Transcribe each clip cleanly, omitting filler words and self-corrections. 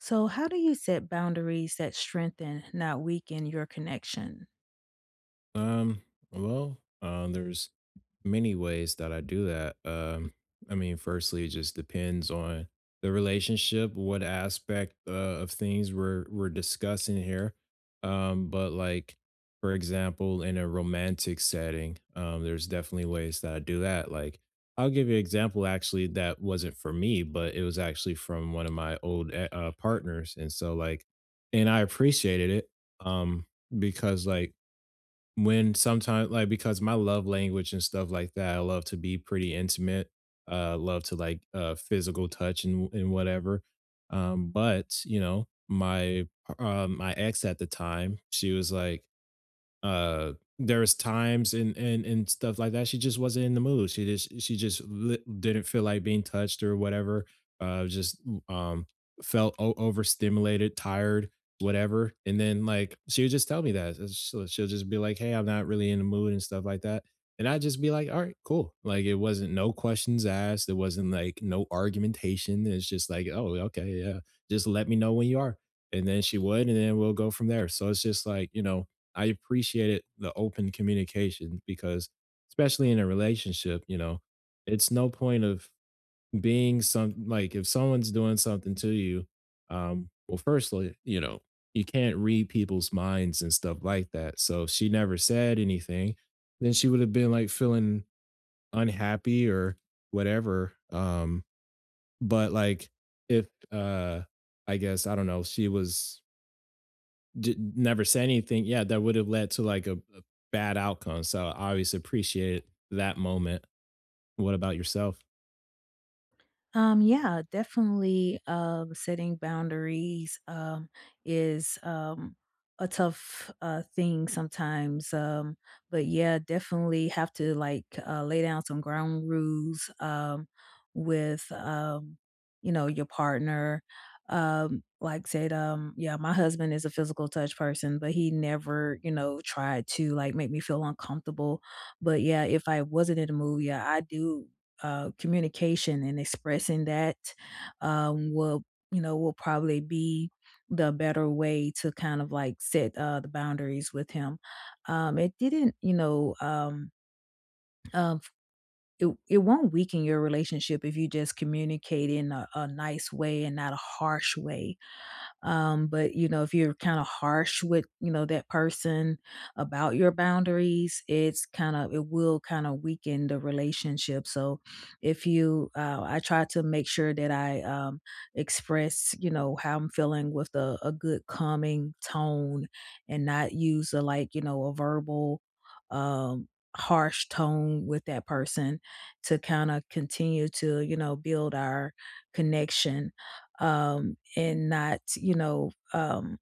So, how do you set boundaries that strengthen, not weaken, your connection? Um, there's many ways that I do that. Firstly, it just depends on the relationship, what aspect of things we're discussing here. Um, but like, for example, in a romantic setting, there's definitely ways that I do that. I'll give you an example actually that wasn't for me, but it was actually from one of my old partners, and and I appreciated it. Um, because like when sometimes like because my love language and stuff like that, I love to be pretty intimate. Love to like physical touch and whatever. But you know, my ex at the time, she was like, uh there's times and stuff like that. She just wasn't in the mood. She just didn't feel like being touched or whatever. Just um Felt overstimulated, tired, whatever. And then like she would just tell me that. She'll just be like, hey, I'm not really in the mood and stuff like that. And I'd just be like, all right, cool. Like, it wasn't no questions asked, it wasn't like no argumentation, it's just like, oh, okay, yeah, just let me know when you are, and then she would, and then we'll go from there. So it's just like, you know, I appreciated the open communication. Because especially in a relationship, you know, it's no point of being some like if someone's doing something to you, well, firstly, you know, you can't read people's minds and stuff like that. So if she never said anything, then she would have been like feeling unhappy or whatever. But like if uh I guess I don't know, she was, never said anything. Yeah, that would have led to like a bad outcome. So I always appreciate that moment. What about yourself? Yeah, definitely. Setting boundaries is a tough thing sometimes. But yeah, definitely have to like lay down some ground rules with you know your partner. Like said, yeah, my husband is a physical touch person, but he never, you know, tried to like make me feel uncomfortable. But yeah, if I wasn't in the mood, yeah, I do communication and expressing that will you know will probably be the better way to kind of like set the boundaries with him. It didn't you know um, it won't weaken your relationship if you just communicate in a nice way and not a harsh way but, you know, if you're kind of harsh with, you know, that person about your boundaries, it's kind of it will kind of weaken the relationship. So if you I try to make sure that I express, you know, how I'm feeling with a good calming tone and not use a like, you know, a verbal um harsh tone with that person to kind of continue to you know build our connection and not, you know,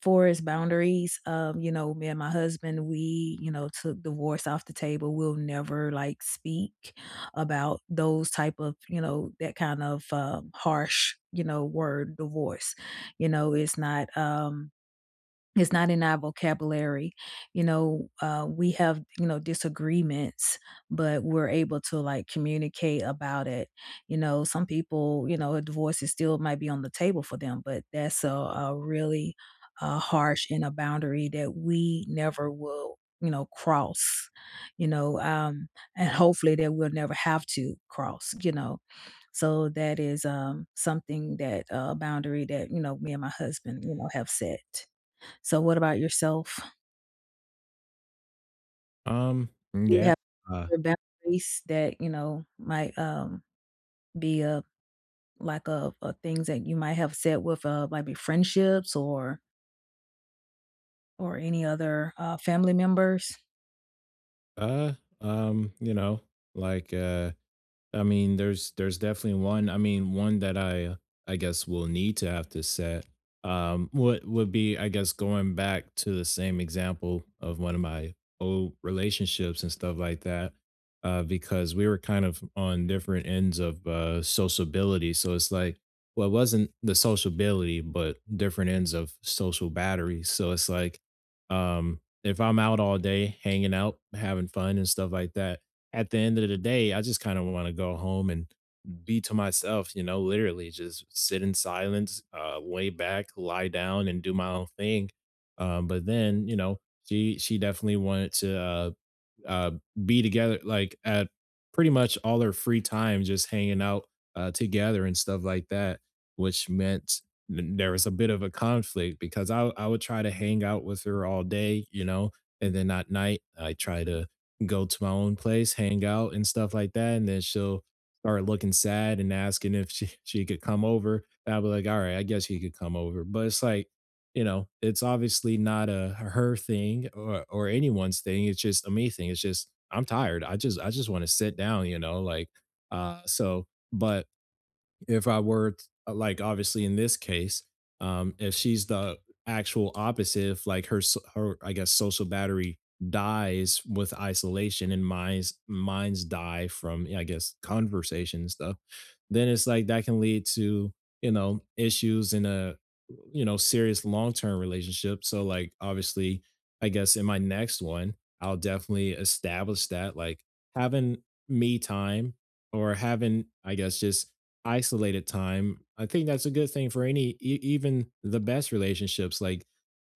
for boundaries. You know, me and my husband, we, you know, took divorce off the table. We'll never like speak about those type of, you know, that kind of harsh, you know, word divorce. You know, it's not. It's not in our vocabulary. You know, we have, you know, disagreements, but we're able to like communicate about it. You know, some people, you know, a divorce is still might be on the table for them, but that's a really harsh and a boundary that we never will, you know, cross, you know, and hopefully that we'll never have to cross, you know. So that is something that boundary that, you know, me and my husband, you know, have set. So what about yourself? Um, You yeah, have uh, your boundaries that, you know, might, be a lack of, things that you might have said with, maybe friendships or any other, family members? uh, you know, like uh, I mean, there's definitely one. I mean, one that I guess will need to have to set would be, I guess, going back to the same example of one of my old relationships and stuff like that. Because we were kind of on different ends of sociability, so it's like, well, it wasn't the sociability, but different ends of social batteries. So it's like, if I'm out all day hanging out, having fun and stuff like that, at the end of the day, I just kind of want to go home and be to myself, you know, literally just sit in silence, lay back, lie down, and do my own thing. But then, you know, she definitely wanted to uh, be together like at pretty much all their free time, just hanging out together and stuff like that, which meant there was a bit of a conflict because I would try to hang out with her all day, you know, and then at night I try to go to my own place, hang out and stuff like that, and then she'll start looking sad and asking if she could come over. And I'll be like, all right, I guess she could come over, but it's like, you know, it's obviously not a her thing or anyone's thing. It's just a me thing. It's just I'm tired. I just want to sit down, you know, but if I were like obviously in this case, if she's the actual opposite, if like her, I guess, social battery dies with isolation and mine's mine's die from, yeah, I guess conversation and stuff, then it's like that can lead to, you know, issues in a, you know, serious long term relationship. So like obviously, I guess in my next one, I'll definitely establish that like having me time or having, I guess, just isolated time. I think that's a good thing for any, e even the best relationships, like,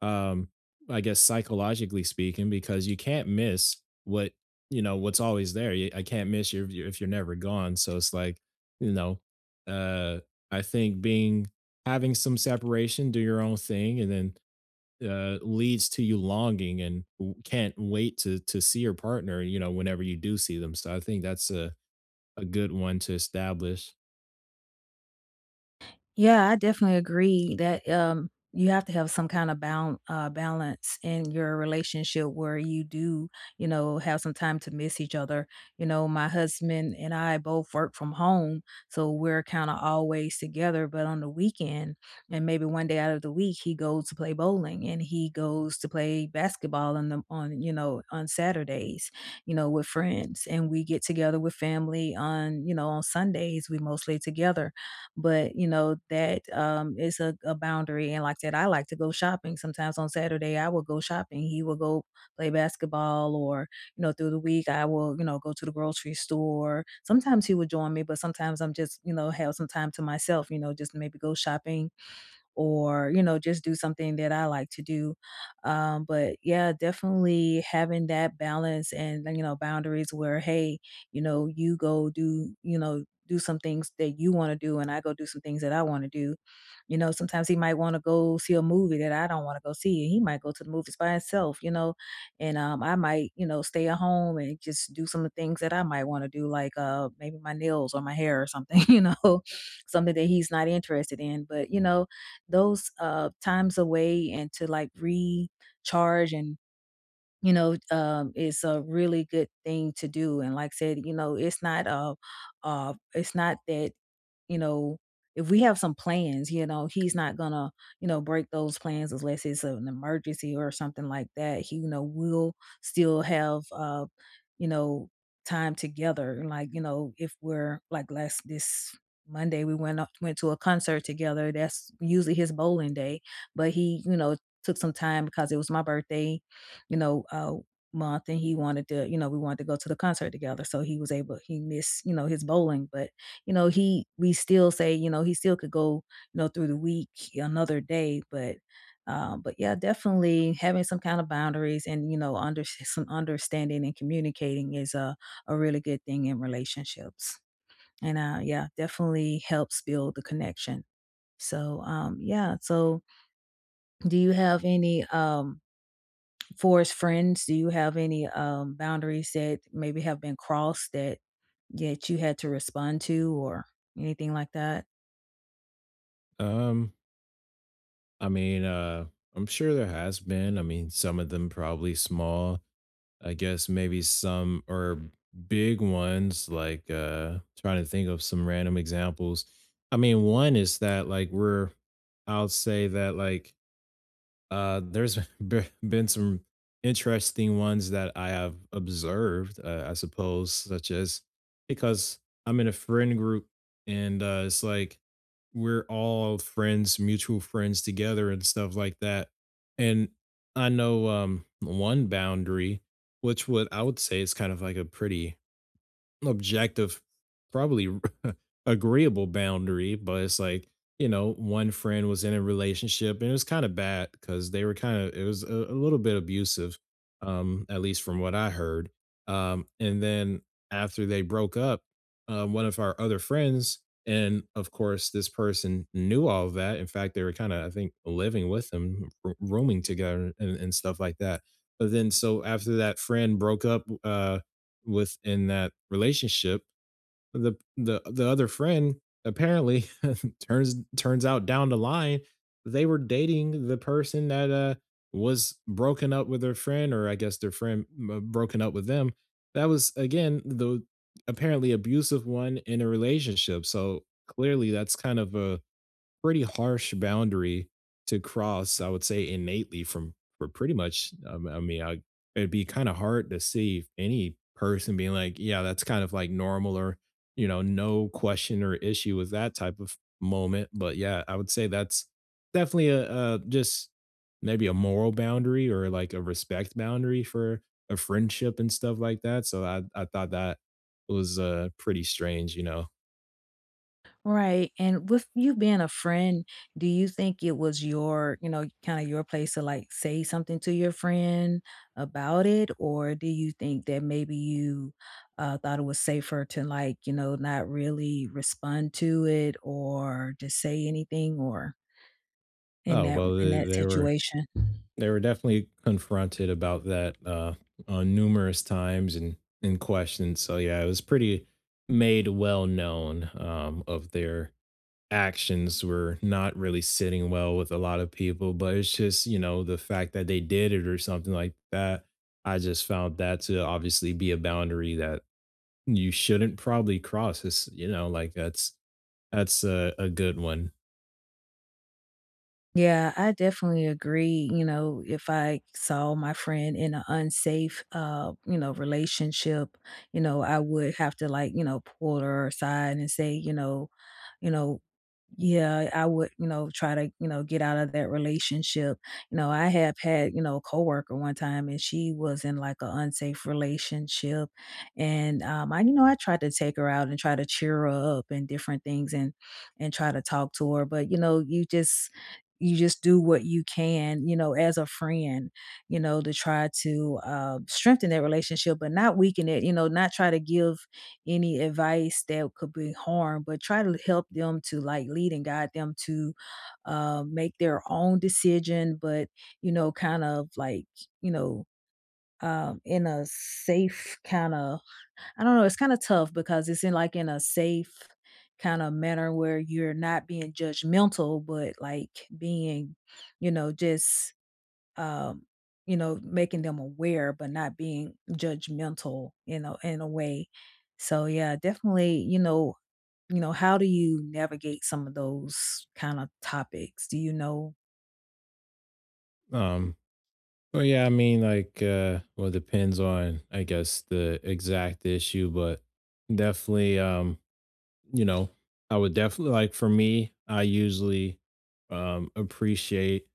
um, I guess psychologically speaking, because you can't miss what, you know, what's always there. You I can't miss you if you're never gone, so it's like, you know, uh, I think being having some separation, do your own thing, and then, leads to you longing and w can't wait to see your partner, you know, whenever you do see them, so I think that's a good one to establish. Yeah, I definitely agree that you have to have some kind of bound balance in your relationship where you do, you know, have some time to miss each other. You know, my husband and I both work from home, so we're kind of always together. But on the weekend, and maybe one day out of the week, he goes to play bowling and he goes to play basketball on the on you know on Saturdays, you know, with friends, and we get together with family on you know on Sundays. We mostly together but you know that is a boundary. And like that, I like to go shopping. Sometimes on Saturday, I will go shopping. He will go play basketball, or you know through the week, I will you know go to the grocery store. Sometimes he would join me, but sometimes I'm just you know have some time to myself. You know, just maybe go shopping or you know just do something that I like to do but yeah definitely having that balance and you know boundaries where hey you know you go do you know do some things that you want to do and I go do some things that I want to do you know sometimes he might want to go see a movie that I don't want to go see and he might go to the movies by himself you know and I might you know stay at home and just do some of the things that I might want to do like maybe my nails or my hair or something you know something that he's not interested in but you know those times away and to like recharge and you know, it's a really good thing to do, and like I said, you know, it's not that, you know, if we have some plans, you know, he's not gonna, you know, break those plans unless it's an emergency or something like that. He, you know, will still have, you know, time together. Like, you know, if we're like last this Monday, we went up, went to a concert together. That's usually his bowling day, but he, you know, took some time because it was my birthday you know, month and he wanted to, you know, we wanted to go to the concert together. So he was able he missed, you know, his bowling, but you know, he we still say, you know, he still could go, you know, through the week another day, but but yeah, definitely having some kind of boundaries and you know under some understanding and communicating is a really good thing in relationships. And yeah, definitely helps build the connection. So yeah, so do you have any for as friends, do you have any boundaries that maybe have been crossed that that you had to respond to or anything like that? Um I mean, uh, I'm sure there has been. I mean, some of them probably small. I guess maybe some or big ones, like trying to think of some random examples. I mean, one is that like we're I'll say that like, there's been some interesting ones that I have observed, I suppose, such as because I'm in a friend group and, it's like we're all friends, mutual friends together and stuff like that. And I know, one boundary, which would I would say is kind of like a pretty objective, probably agreeable boundary, but it's like, you know, one friend was in a relationship and it was kind of bad because they were kind of, it was a little bit abusive, at least from what I heard. And then after they broke up, one of our other friends, and of course, this person knew all of that. In fact, they were kind of, I think, living with them, rooming together and stuff like that. But then, so after that friend broke up, within that relationship, the other friend apparently turns out down the line, they were dating the person that, was broken up with their friend, or I guess their friend, broken up with them. That was again, the apparently abusive one in a relationship, so clearly that's kind of a pretty harsh boundary to cross, I would say innately from for pretty much, I mean, I, it'd be kind of hard to see any person being like, yeah, that's kind of like normal or, you know, no question or issue with that type of moment. But yeah, I would say that's definitely a just maybe a moral boundary or like a respect boundary for a friendship and stuff like that. So I thought that was pretty strange, you know. Right. And with you being a friend, do you think it was your, you know, kind of your place to like say something to your friend about it? Or do you think that maybe you thought it was safer to like, you know, not really respond to it or just say anything or? Oh well, In that situation. they were definitely confronted about that numerous times and questioned. So yeah, it was pretty made well known, of their actions were not really sitting well with a lot of people. But it's just you know the fact that they did it or something like that. I just found that to obviously be a boundary that you shouldn't probably cross. It's, you know, like that's a good one. Yeah, I definitely agree, you know, if I saw my friend in an unsafe, you know, relationship, you know, I would have to like, you know, pull her aside and say, you know, yeah, I would, you know, try to, you know, get out of that relationship. You know, I have had, you know, a coworker one time and she was in like an unsafe relationship. And I, you know, I tried to take her out and try to cheer her up and different things and try to talk to her. But you know, you just do what you can, you know, as a friend, you know, to try to strengthen that relationship, but not weaken it, you know, not try to give any advice that could be harm, but try to help them to like lead and guide them to make their own decision, but, you know, kind of like, you know, in a safe kind of I don't know, it's kinda tough because it's in, like, in a safe kinda manner where you're not being judgmental, but, like, being, you know, just, um, you know, making them aware, but not being judgmental, you know, in a way. So, yeah, definitely, you know, how do you navigate some of those kinda topics? Do you know Um, yeah, I mean, like, well, it depends on, I guess, the exact issue, but definitely, you know, I would definitely like, for me, I usually appreciate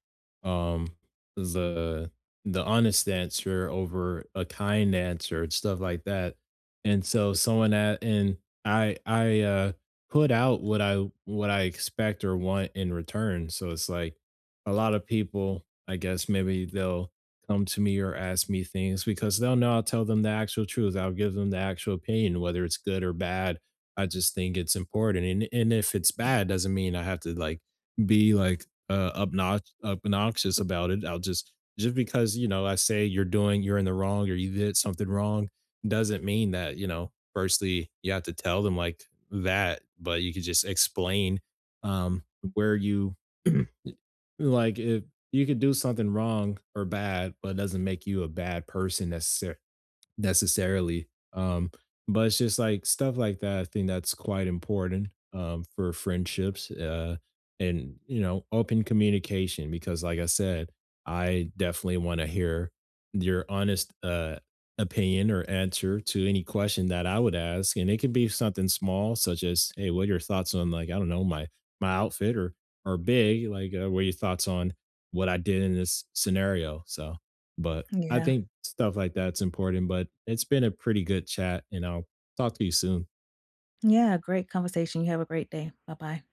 um the the honest answer over a kind answer and stuff like that. And so someone that and I put out what I expect or want in return. So it's like a lot of people, I guess maybe they'll come to me or ask me things because they'll know I'll tell them the actual truth. I'll give them the actual opinion, whether it's good or bad. I just think it's important, and if it's bad, doesn't mean I have to like be like, obnoxious about it. I'll Just because, you know, I say you're doing, you're in the wrong or you did something wrong, doesn't mean that, you know. Firstly, you have to tell them like that, but you could just explain um where you like if you could do something wrong or bad, but it doesn't make you a bad person necessarily. But it's just like stuff like that. I think that's quite important, for friendships, and, you know, open communication. Because, like I said, I definitely want to hear your honest, opinion or answer to any question that I would ask. And it could be something small, such as, hey, what are your thoughts on, like, I don't know, my outfit, or big, like, what are your thoughts on what I did in this scenario? So, but I Yeah. think stuff like that's important. But it's been a pretty good chat, and I'll talk to you soon. Yeah, great conversation. You have a great day. Bye-bye.